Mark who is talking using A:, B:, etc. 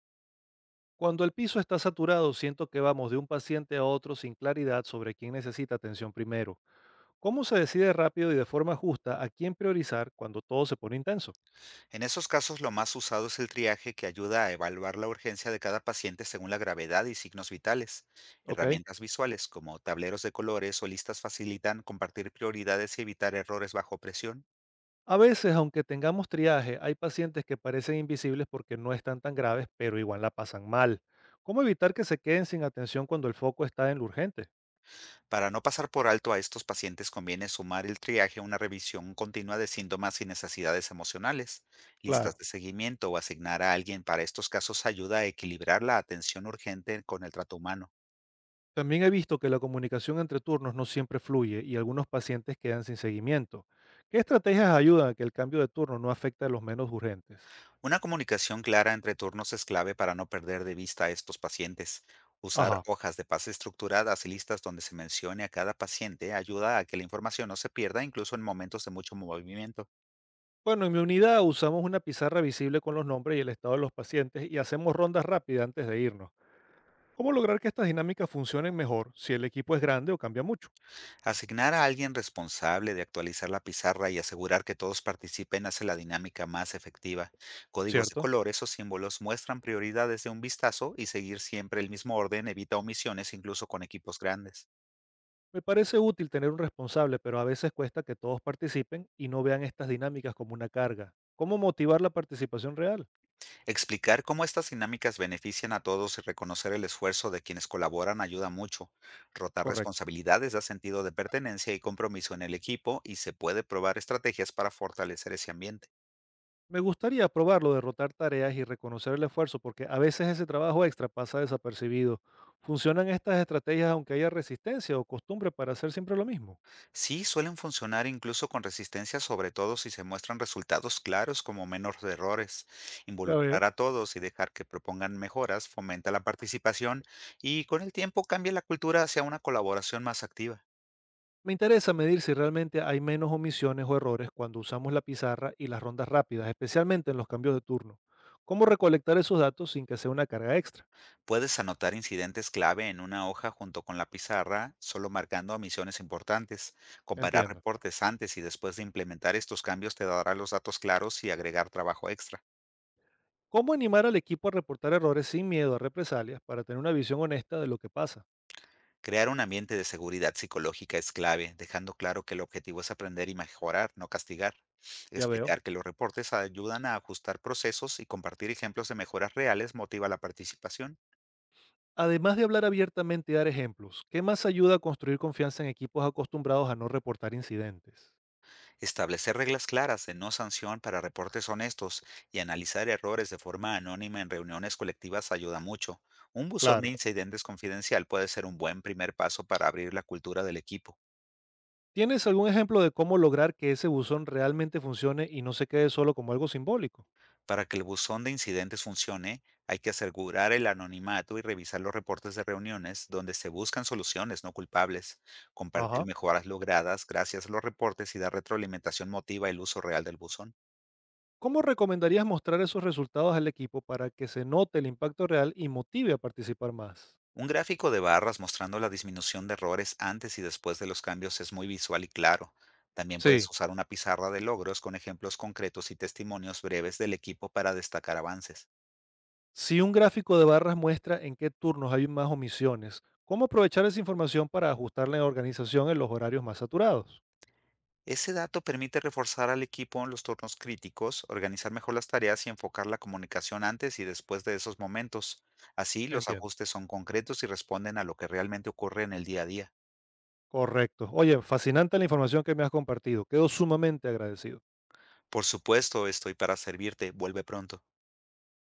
A: Cuando el piso está saturado, siento que vamos de un paciente a otro sin claridad sobre quién necesita atención primero. ¿Cómo se decide rápido y de forma justa a quién priorizar cuando todo se pone intenso?
B: En esos casos, lo más usado es el triaje que ayuda a evaluar la urgencia de cada paciente según la gravedad y signos vitales.
A: ¿Ok?
B: Herramientas visuales como tableros de colores o listas facilitan compartir prioridades y evitar errores bajo presión.
A: A veces, aunque tengamos triaje, hay pacientes que parecen invisibles porque no están tan graves, pero igual la pasan mal. ¿Cómo evitar que se queden sin atención cuando el foco está en lo urgente?
B: Para no pasar por alto a estos pacientes, conviene sumar el triaje a una revisión continua de síntomas y necesidades emocionales. Listas
A: Claro.
B: de seguimiento o asignar a alguien para estos casos ayuda a equilibrar la atención urgente con el trato humano.
A: También he visto que la comunicación entre turnos no siempre fluye y algunos pacientes quedan sin seguimiento. ¿Qué estrategias ayudan a que el cambio de turno no afecte a los menos urgentes?
B: Una comunicación clara entre turnos es clave para no perder de vista a estos pacientes. Usar
A: Ajá.
B: hojas de pase estructuradas y listas donde se mencione a cada paciente ayuda a que la información no se pierda incluso en momentos de mucho movimiento.
A: Bueno, en mi unidad usamos una pizarra visible con los nombres y el estado de los pacientes y hacemos rondas rápidas antes de irnos. ¿Cómo lograr que estas dinámicas funcionen mejor si el equipo es grande o cambia mucho?
B: Asignar a alguien responsable de actualizar la pizarra y asegurar que todos participen hace la dinámica más efectiva. Códigos de
A: ¿Cierto?
B: colores o símbolos muestran prioridades de un vistazo, y seguir siempre el mismo orden evita omisiones incluso con equipos grandes.
A: Me parece útil tener un responsable, pero a veces cuesta que todos participen y no vean estas dinámicas como una carga. ¿Cómo motivar la participación real?
B: Explicar cómo estas dinámicas benefician a todos y reconocer el esfuerzo de quienes colaboran ayuda mucho. Rotar
A: Correcto.
B: responsabilidades da sentido de pertenencia y compromiso en el equipo, y se puede probar estrategias para fortalecer ese ambiente.
A: Me gustaría probarlo de rotar tareas y reconocer el esfuerzo, porque a veces ese trabajo extra pasa desapercibido. ¿Funcionan estas estrategias aunque haya resistencia o costumbre para hacer siempre lo mismo?
B: Sí, suelen funcionar incluso con resistencia, sobre todo si se muestran resultados claros como menos errores.
A: Ya veo.
B: Involucrar a todos y dejar que propongan mejoras fomenta la participación, y con el tiempo cambia la cultura hacia una colaboración más activa.
A: Me interesa medir si realmente hay menos omisiones o errores cuando usamos la pizarra y las rondas rápidas, especialmente en los cambios de turno. ¿Cómo recolectar esos datos sin que sea una carga extra?
B: Puedes anotar incidentes clave en una hoja junto con la pizarra, solo marcando omisiones importantes. Comparar
A: Entiendo.
B: reportes antes y después de implementar estos cambios te dará los datos claros y agregar trabajo extra.
A: ¿Cómo animar al equipo a reportar errores sin miedo a represalias para tener una visión honesta de lo que pasa?
B: Crear un ambiente de seguridad psicológica es clave, dejando claro que el objetivo es aprender y mejorar, no castigar.
A: Ya veo.
B: Explicar que los reportes ayudan a ajustar procesos y compartir ejemplos de mejoras reales motiva la participación.
A: Además de hablar abiertamente y dar ejemplos, ¿qué más ayuda a construir confianza en equipos acostumbrados a no reportar incidentes?
B: Establecer reglas claras de no sanción para reportes honestos y analizar errores de forma anónima en reuniones colectivas ayuda mucho. Un buzón de
A: Claro.
B: incidentes confidencial puede ser un buen primer paso para abrir la cultura del equipo.
A: ¿Tienes algún ejemplo de cómo lograr que ese buzón realmente funcione y no se quede solo como algo simbólico?
B: Para que el buzón de incidentes funcione, hay que asegurar el anonimato y revisar los reportes de reuniones donde se buscan soluciones no culpables. Compartir
A: Ajá.
B: mejoras logradas gracias a los reportes y dar retroalimentación motiva el uso real del buzón.
A: ¿Cómo recomendarías mostrar esos resultados al equipo para que se note el impacto real y motive a participar más?
B: Un gráfico de barras mostrando la disminución de errores antes y después de los cambios es muy visual y claro. También puedes
A: Sí.
B: usar una pizarra de logros con ejemplos concretos y testimonios breves del equipo para destacar avances.
A: Si un gráfico de barras muestra en qué turnos hay más omisiones, ¿cómo aprovechar esa información para ajustar la organización en los horarios más saturados?
B: Ese dato permite reforzar al equipo en los turnos críticos, organizar mejor las tareas y enfocar la comunicación antes y después de esos momentos. Así, los
A: Entiendo.
B: ajustes son concretos y responden a lo que realmente ocurre en el día a día.
A: Correcto. Oye, fascinante la información que me has compartido. Quedo sumamente agradecido.
B: Por supuesto, estoy para servirte. Vuelve pronto.